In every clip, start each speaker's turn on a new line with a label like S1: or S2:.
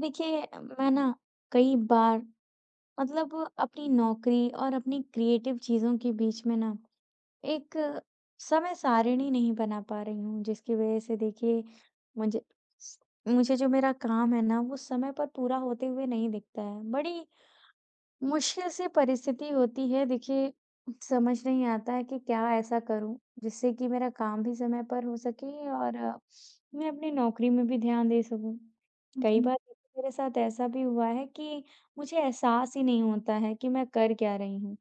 S1: देखिए, मैं ना, कई बार मतलब, अपनी नौकरी और अपनी क्रिएटिव चीज़ों के बीच में ना एक समय सारिणी नहीं बना पा रही हूँ, जिसकी वजह से देखिए, मुझे मुझे जो मेरा काम है ना, वो समय पर पूरा होते हुए नहीं दिखता है। बड़ी मुश्किल सी परिस्थिति होती है। देखिए, समझ नहीं आता है कि क्या ऐसा करूँ जिससे कि मेरा काम भी समय पर हो सके और मैं अपनी नौकरी में भी ध्यान दे सकूँ। कई
S2: जी,
S1: बार मेरे साथ ऐसा भी हुआ है कि मुझे एहसास ही नहीं होता है कि मैं कर क्या रही हूँ।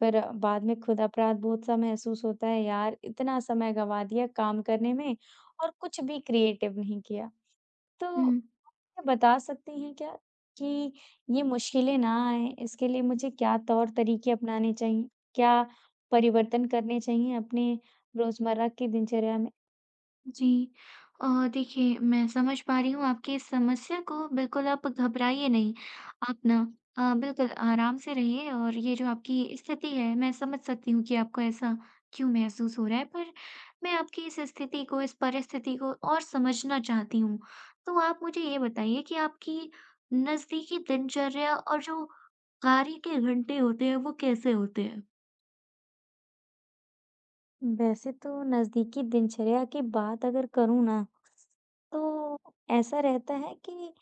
S1: फिर बाद में खुद अपराध-बोध सा महसूस होता है, यार इतना समय गँवा दिया काम करने में और कुछ भी क्रिएटिव नहीं किया। तो
S2: हुँ,
S1: ये बता सकती हैं क्या, कि ये मुश्किलें ना आएँ, इसके लिए मुझे क्या तौर-तरीके अपनाने चाहिए? क्या परिवर्तन करने चाहिए अपने रोज़मर्रा की दिनचर्या में?
S2: जी। अ, देखिए मैं समझ पा रही हूँ आपकी इस समस्या को, बिल्कुल आप घबराइए नहीं। आप ना बिल्कुल आराम से रहिए और ये जो आपकी स्थिति है, मैं समझ सकती हूँ कि आपको ऐसा क्यों महसूस हो रहा है, पर मैं आपकी इस स्थिति को, इस परिस्थिति को और समझना चाहती हूँ। तो आप मुझे ये बताइए कि आपकी नज़दीकी दिनचर्या और जो कार्य के घंटे होते हैं, वो कैसे होते हैं?
S1: वैसे तो नज़दीकी दिनचर्या की बात अगर करूँ ना, तो ऐसा रहता है कि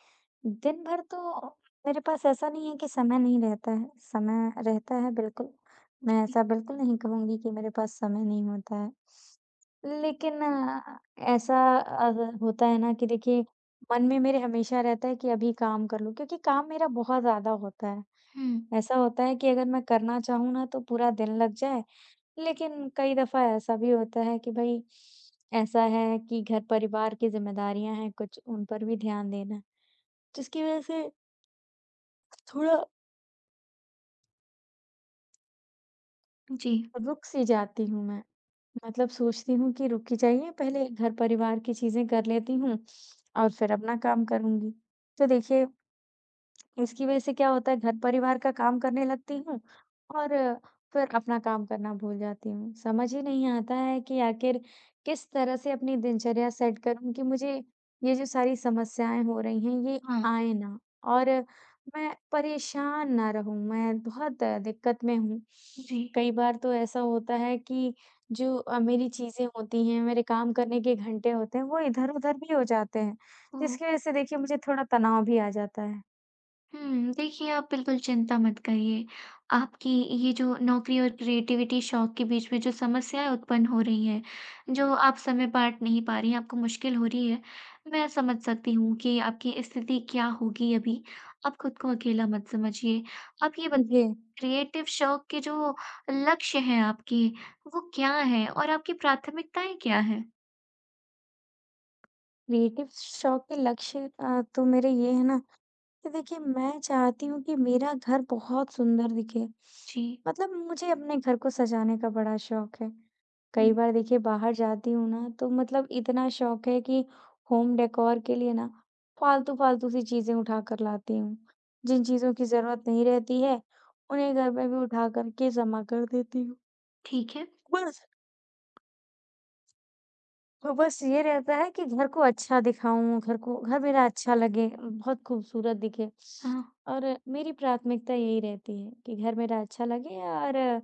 S1: दिन भर तो मेरे पास ऐसा नहीं है कि समय नहीं रहता है, समय रहता है बिल्कुल। मैं
S2: जी।
S1: ऐसा बिल्कुल नहीं कहूँगी कि मेरे पास समय नहीं होता है। लेकिन ऐसा अगर होता है ना, कि देखिए, मन में मेरे हमेशा रहता है कि अभी काम कर लूँ, क्योंकि काम मेरा बहुत ज़्यादा होता है।
S2: हुँ,
S1: ऐसा होता है कि अगर मैं करना चाहूँ ना, तो पूरा दिन लग जाए, लेकिन कई दफ़ा ऐसा भी होता है कि भई, ऐसा है कि घर परिवार की ज़िम्मेदारियाँ हैं कुछ, उन पर भी ध्यान देना है, जिसकी वज़ह से थोड़ा
S2: जी,
S1: रुक सी जाती हूँ मैं। मतलब सोचती हूँ कि रुक ही जाइए, पहले घर परिवार की चीज़ें कर लेती हूँ और फिर अपना काम करूँगी। तो देखिए, इसकी वजह से क्या होता है, घर परिवार का काम करने लगती हूँ और फिर अपना काम करना भूल जाती हूँ। समझ ही नहीं आता है कि आखिर किस तरह से अपनी दिनचर्या सेट करूँ, कि मुझे ये जो सारी समस्याएँ हो रही हैं, ये
S2: हाँ,
S1: आए ना और मैं परेशान ना रहूँ। मैं बहुत दिक्कत में हूँ।
S2: जी।
S1: कई बार तो ऐसा होता है कि जो मेरी चीज़ें होती हैं, मेरे काम करने के घंटे होते हैं, वो इधर-उधर भी हो जाते हैं,
S2: ओह!
S1: जिसकी वजह से देखिए, मुझे थोड़ा तनाव भी आ जाता है।
S2: हुँ, देखिए आप बिल्कुल चिंता मत करिए। आपकी ये जो नौकरी और क्रिएटिविटी शौक के बीच में जो समस्याएँ उत्पन्न हो रही हैं, जो आप समय बाँट नहीं पा रही हैं, आपको मुश्किल हो रही है, मैं समझ सकती हूँ कि आपकी स्थिति क्या होगी अभी। आप खुद को अकेला मत समझिए। आप ये बताइए
S1: जी।
S2: क्रिएटिव शौक के जो लक्ष्य हैं आपके, वो क्या हैं और आपकी प्राथमिकताएँ क्या हैं?
S1: क्रिएटिव शौक के लक्ष्य तो मेरे ये है ना, कि देखिए, मैं चाहती हूँ कि मेरा घर बहुत सुंदर दिखे।
S2: जी।
S1: मतलब मुझे अपने घर को सजाने का बड़ा शौक है। कई
S2: हुँ,
S1: बार देखिए, बाहर जाती हूँ ना, तो मतलब इतना शौक है कि होम डेकोर के लिए ना, फालतू-फालतू सी चीज़ें उठा कर लाती हूँ। जिन चीज़ों की ज़रूरत नहीं रहती है, उन्हें घर में भी उठा कर के जमा कर देती हूँ।
S2: ठीक है।
S1: बस, तो बस ये रहता है कि घर को अच्छा दिखाऊँ, घर को, घर मेरा अच्छा लगे, बहुत खूबसूरत दिखे
S2: हाँ।
S1: और मेरी प्राथमिकता यही रहती है कि घर मेरा अच्छा लगे और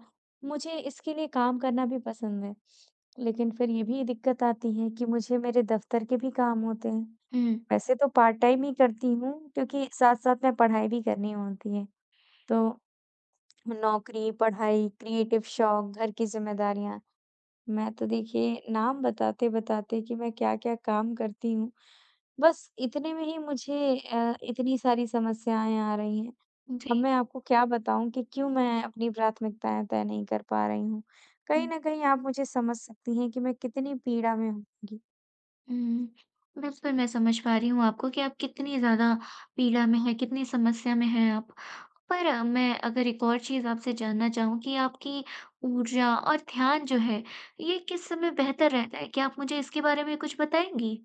S1: मुझे इसके लिए काम करना भी पसंद है। लेकिन फिर ये भी दिक्कत आती है कि मुझे मेरे दफ़्तर के भी काम होते हैं।
S2: हुँ,
S1: वैसे तो पार्ट टाइम ही करती हूँ, क्योंकि साथ-साथ में पढ़ाई भी करनी होती है। तो नौकरी, पढ़ाई, क्रिएटिव शौक, घर की ज़िम्मेदारियाँ, मैं तो देखिए, नाम बताते-बताते कि मैं क्या-क्या काम करती हूँ, बस इतने में ही मुझे इतनी सारी समस्याएँ आ रही हैं।
S2: जी।
S1: अब मैं आपको क्या बताऊँ कि क्यों मैं अपनी प्राथमिकताएँ तय नहीं कर पा रही हूँ। कहीं
S2: हुँ।
S1: न कहीं आप मुझे समझ सकती हैं कि मैं कितनी पीड़ा में होंगी।
S2: हुँ। बिल्कुल, मैं समझ पा रही हूँ आपको कि आप कितनी ज़्यादा पीड़ा में हैं, कितनी समस्या में हैं आप। पर मैं अगर एक और चीज़ आपसे जानना चाहूँ कि आपकी ऊर्जा और ध्यान जो है, ये किस समय बेहतर रहता है? क्या आप मुझे इसके बारे में कुछ बताएँगी?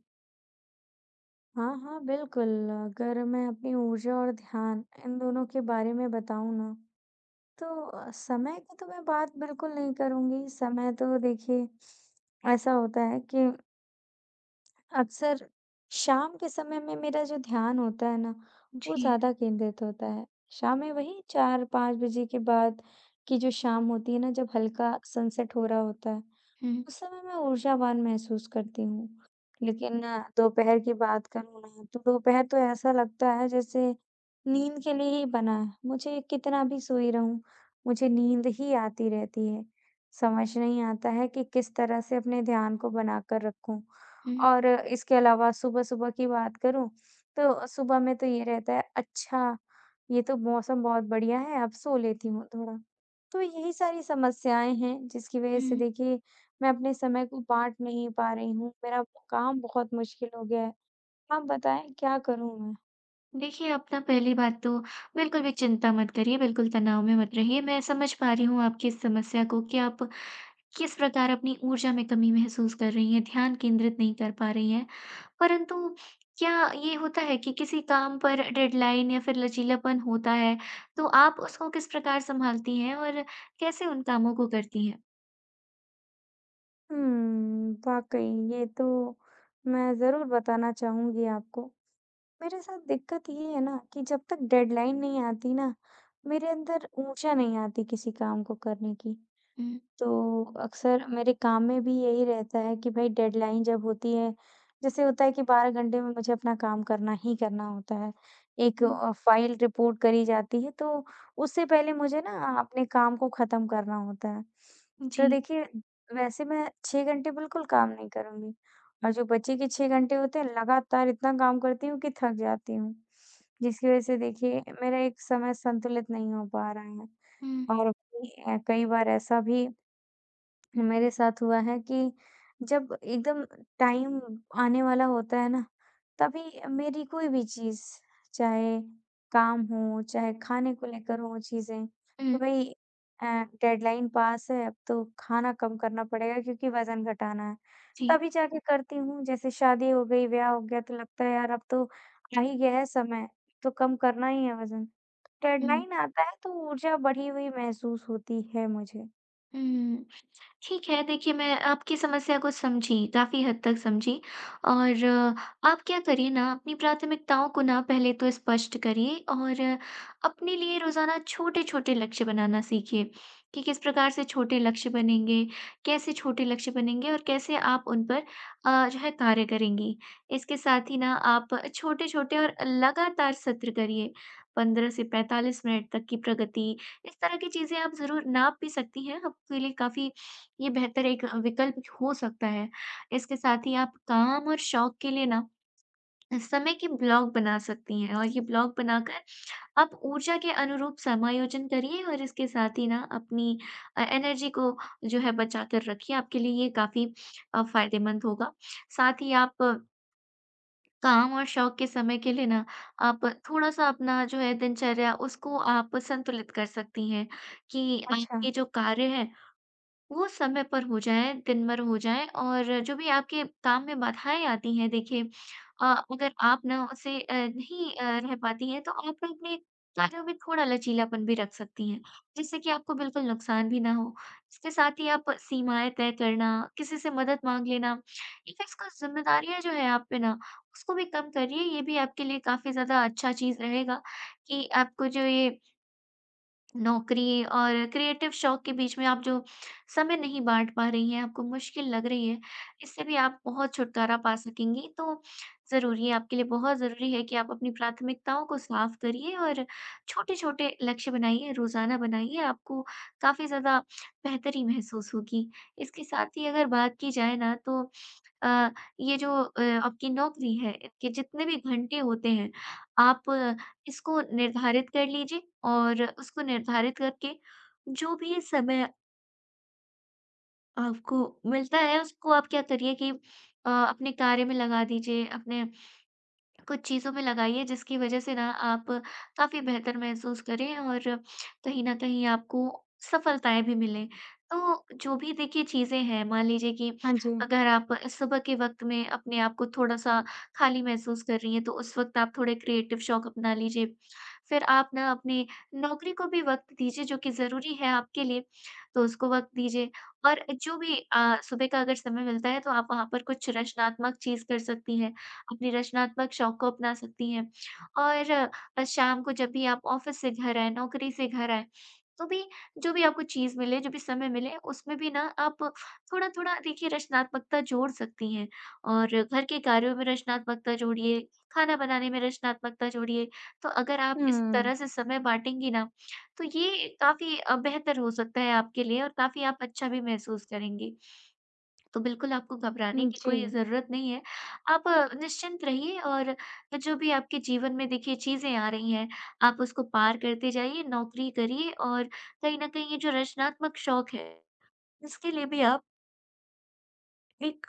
S1: हाँ, हाँ, बिल्कुल, अगर मैं अपनी ऊर्जा और ध्यान इन दोनों के बारे में बताऊँ ना, तो समय की तो मैं बात बिल्कुल नहीं करूँगी। समय तो देखिए, ऐसा होता है कि अक्सर शाम के समय में मेरा जो ध्यान होता है ना, वो
S2: जी।
S1: ज़्यादा केंद्रित होता है। शाम में वही 4-5 बजे के बाद की जो शाम होती है ना, जब हल्का सनसेट हो रहा होता है,
S2: हुँ,
S1: उस समय मैं ऊर्जावान महसूस करती हूँ। लेकिन दोपहर की बात करूँ ना, तो दोपहर तो ऐसा लगता है जैसे नींद के लिए ही बना है। मुझे कितना भी सोई रहूँ, मुझे नींद ही आती रहती है। समझ नहीं आता है कि किस तरह से अपने ध्यान को बनाकर रखूँ।
S2: हुँ,
S1: और इसके अलावा सुबह-सुबह की बात करूँ, तो सुबह में तो ये रहता है, "अच्छा, ये तो मौसम बहुत बढ़िया है, अब सो लेती हूँ थोड़ा।" तो यही सारी समस्याएँ हैं, जिसकी वजह से
S2: हुँ।
S1: देखिए, मैं अपने समय को बाँट नहीं पा रही हूँ, मेरा काम बहुत मुश्किल हो गया है। आप बताएँ, क्या करूँ मैं?
S2: देखिए, आप ना पहली बात तो बिल्कुल भी चिंता मत करिए, बिल्कुल तनाव में मत रहिए। मैं समझ पा रही हूँ आपकी इस समस्या को कि आप किस प्रकार अपनी ऊर्जा में कमी महसूस कर रही हैं, ध्यान केंद्रित नहीं कर पा रही हैं। परंतु क्या ये होता है कि किसी काम पर डेडलाइन या फिर लचीलापन होता है, तो आप उसको किस प्रकार सँभालती हैं और कैसे उन कामों को करती हैं?
S1: वाक़ई ये तो मैं ज़रूर बताना चाहूँगी आपको। मेरे साथ दिक्कत ये है ना, कि जब तक डेडलाइन नहीं आती ना, मेरे अंदर ऊर्जा नहीं आती किसी काम को करने की।
S2: हुँ,
S1: तो अक्सर मेरे काम में भी यही रहता है कि भाई, डेडलाइन जब होती है, जैसे होता है कि 12 घंटे में मुझे अपना काम करना ही करना होता है। एक
S2: हुँ,
S1: फ़ाइल रिपोर्ट करी जाती है, तो उससे पहले मुझे ना अपने काम को ख़त्म करना होता है। तो
S2: जी।
S1: देखिए, वैसे मैं 6 घंटे बिल्कुल काम नहीं करूँगी और जो बचे के 6 घंटे होते हैं, लगातार इतना काम करती हूँ कि थक जाती हूँ। जिसकी वज़ह से देखिए, मेरा एक समय संतुलित नहीं हो पा रहा है
S2: हुँ,
S1: और कई बार ऐसा भी मेरे साथ हुआ है कि जब एकदम टाइम आने वाला होता है ना, तभी मेरी कोई भी चीज़, चाहे काम हो, चाहे खाने को लेकर हों चीज़ें, तो
S2: हुँ,
S1: भई अ, डेडलाइन पास है, अब तो खाना कम करना पड़ेगा क्योंकि वज़न घटाना है।
S2: जी,
S1: तभी जाके करती हूँ, जैसे शादी हो गई, ब्याह हो गया, तो लगता है यार, अब तो आ ही गया है समय, तो कम करना ही है वज़न।
S2: हुँ।
S1: डेडलाइन आता है तो ऊर्जा बढ़ी हुई महसूस होती है मुझे।
S2: हुँ। ठीक है, देखिए मैं आपकी समस्या को समझी, काफ़ी हद तक समझी और आप क्या करिए ना अपनी प्राथमिकताओं को ना पहले तो स्पष्ट करिए और अपने लिए रोज़ाना छोटे-छोटे लक्ष्य बनाना सीखिए, कि किस प्रकार से छोटे लक्ष्य बनेंगे, कैसे छोटे लक्ष्य बनेंगे और कैसे आप उन पर जो है कार्य करेंगी। इसके साथ ही ना आप छोटे-छोटे और लगातार सत्र करिए, 15 से 45 मिनट तक की प्रगति इस तरह की चीज़ें आप ज़रूर नाप भी सकती हैं, आपके लिए काफ़ी ये बेहतर एक विकल्प हो सकता है। इसके साथ ही आप काम और शौक के लिए ना समय के ब्लॉक बना सकती हैं और ये ब्लॉक बनाकर आप ऊर्जा के अनुरूप समायोजन करिए और इसके साथ ही ना अपनी एनर्जी को जो है बचा कर रखिए, आपके लिए ये काफ़ी फ़ायदेमंद होगा। साथ ही आप काम और शौक के समय के लिए ना आप थोड़ा-सा अपना जो है दिनचर्या उसको आप संतुलित कर सकती हैं कि
S1: अच्छा।
S2: आपके जो कार्य हैं, वो समय पर हो जाएँ, दिन भर हो जाएँ और जो भी आपके काम में बाधाएँ आती हैं देखिए अ, अगर आप ना उसे नहीं रह पाती हैं तो आप ना अपने कार्यों में थोड़ा लचीलापन भी रख सकती हैं, जिससे कि आपको बिल्कुल नुकसान भी ना हो। इसके साथ ही आप सीमाएँ तय करना, किसी से मदद माँग लेना, एक इसका ज़िम्मेदारियाँ जो है आप पे ना उसको भी कम करिए, ये भी आपके लिए काफ़ी ज़्यादा अच्छा चीज़ रहेगा कि आपको जो ये नौकरी और क्रिएटिव शौक के बीच में आप जो समय नहीं बाँट पा रही हैं, आपको मुश्किल लग रही है, इससे भी आप बहुत छुटकारा पा सकेंगी। तो ज़रूर ये आपके लिए बहुत ज़रूरी है कि आप अपनी प्राथमिकताओं को साफ़ करिए और छोटे-छोटे लक्ष्य बनाइए, रोज़ाना बनाइए, आपको काफ़ी ज़्यादा बेहतरी महसूस होगी। इसके साथ ही अगर बात की जाए ना तो अ, ये जो आपकी नौकरी है, इनके जितने भी घंटे होते हैं, आप इसको निर्धारित कर लीजिए और उसको निर्धारित करके जो भी समय आपको मिलता है, उसको आप क्या करिए कि अपने कार्य में लगा दीजिए, अपने कुछ चीज़ों में लगाइए जिसकी वजह से ना आप काफ़ी बेहतर महसूस करें और कहीं न कहीं आपको सफलताएँ भी मिलें। तो जो भी देखिए चीज़ें हैं, मान लीजिए कि
S1: हाँ जी।
S2: अगर आप सुबह के वक़्त में अपने आप को थोड़ा-सा खाली महसूस कर रही हैं, तो उस वक़्त आप थोड़े क्रिएटिव शौक अपना लीजिए। फिर आप ना अपनी नौकरी को भी वक़्त दीजिए जो कि ज़रूरी है आपके लिए, तो उसको वक़्त दीजिए। और जो भी सुबह का अगर समय मिलता है तो आप वहाँ पर कुछ रचनात्मक चीज़ कर सकती हैं। अपनी रचनात्मक शौक को अपना सकती हैं। और शाम को जब भी आप ऑफ़िस से घर आएँ, नौकरी से घर आएँ, तो भी जो भी आपको चीज़ मिले, जो भी समय मिले, उसमें भी ना आप थोड़ा-थोड़ा देखिए रचनात्मकता जोड़ सकती हैं। और घर के कार्यों में रचनात्मकता जोड़िए, खाना बनाने में रचनात्मकता जोड़िए। तो अगर आप इस
S1: हुँ।
S2: तरह से समय बाँटेंगी ना, तो ये काफ़ी बेहतर हो सकता है आपके लिए और काफ़ी आप अच्छा भी महसूस करेंगी। तो बिल्कुल आपको घबराने
S1: हुँ,
S2: की कोई
S1: जी।
S2: ज़रूरत नहीं है। आप निश्चिंत रहिए और जो भी आपके जीवन में देखिए चीज़ें आ रही हैं, आप उसको पार करते जाइए, नौकरी करिए और कहीं न कहीं ये जो रचनात्मक शौक है, इसके लिए भी आप एक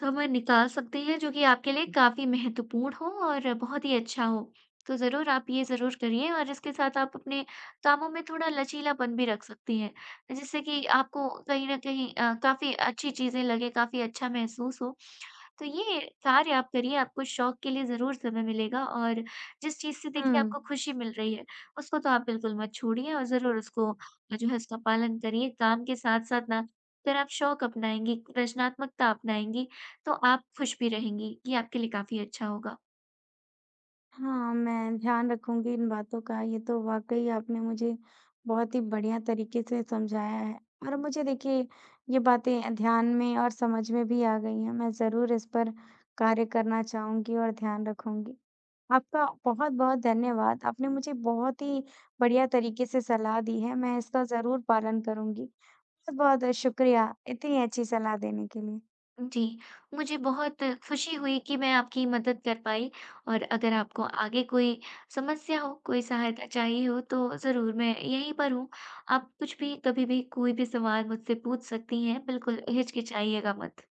S2: समय निकाल सकते हैं जो कि आपके लिए काफ़ी महत्वपूर्ण हो और बहुत ही अच्छा हो। तो ज़रूर आप ये ज़रूर करिए और इसके साथ आप अपने कामों में थोड़ा लचीलापन भी रख सकती हैं, जिससे कि आपको कहीं न कहीं काफ़ी अच्छी चीज़ें लगे, काफ़ी अच्छा महसूस हो। तो ये कार्य आप करिए, आपको शौक के लिए ज़रूर समय मिलेगा और जिस चीज़ से
S1: हुँ।
S2: देखिए आपको खुशी मिल रही है, उसको तो आप बिल्कुल मत छोड़िए और ज़रूर उसको जो है उसका पालन करिए। काम के साथ-साथ ना अगर आप शौक अपनाएँगी, रचनात्मकता अपनाएँगी, तो आप खुश भी रहेंगी। ये आपके लिए काफ़ी अच्छा होगा।
S1: हाँ, मैं ध्यान रखूँगी इन बातों का। ये तो वाक़ई आपने मुझे बहुत ही बढ़िया तरीके से समझाया है और मुझे देखिए, ये बातें ध्यान में और समझ में भी आ गई हैं। मैं ज़रूर इस पर कार्य करना चाहूँगी और ध्यान रखूँगी। आपका बहुत-बहुत धन्यवाद। आपने मुझे बहुत ही बढ़िया तरीके से सलाह दी है। मैं इसका ज़रूर पालन करूँगी। बहुत-बहुत शुक्रिया इतनी अच्छी सलाह देने के लिए।
S2: जी, मुझे बहुत खुशी हुई कि मैं आपकी मदद कर पाई और अगर आपको आगे कोई समस्या हो, कोई सहायता चाहिए हो तो ज़रूर मैं यहीं पर हूँ। आप कुछ भी, कभी भी, कोई भी सवाल मुझसे पूछ सकती हैं, बिल्कुल हिचकिचाइएगा मत।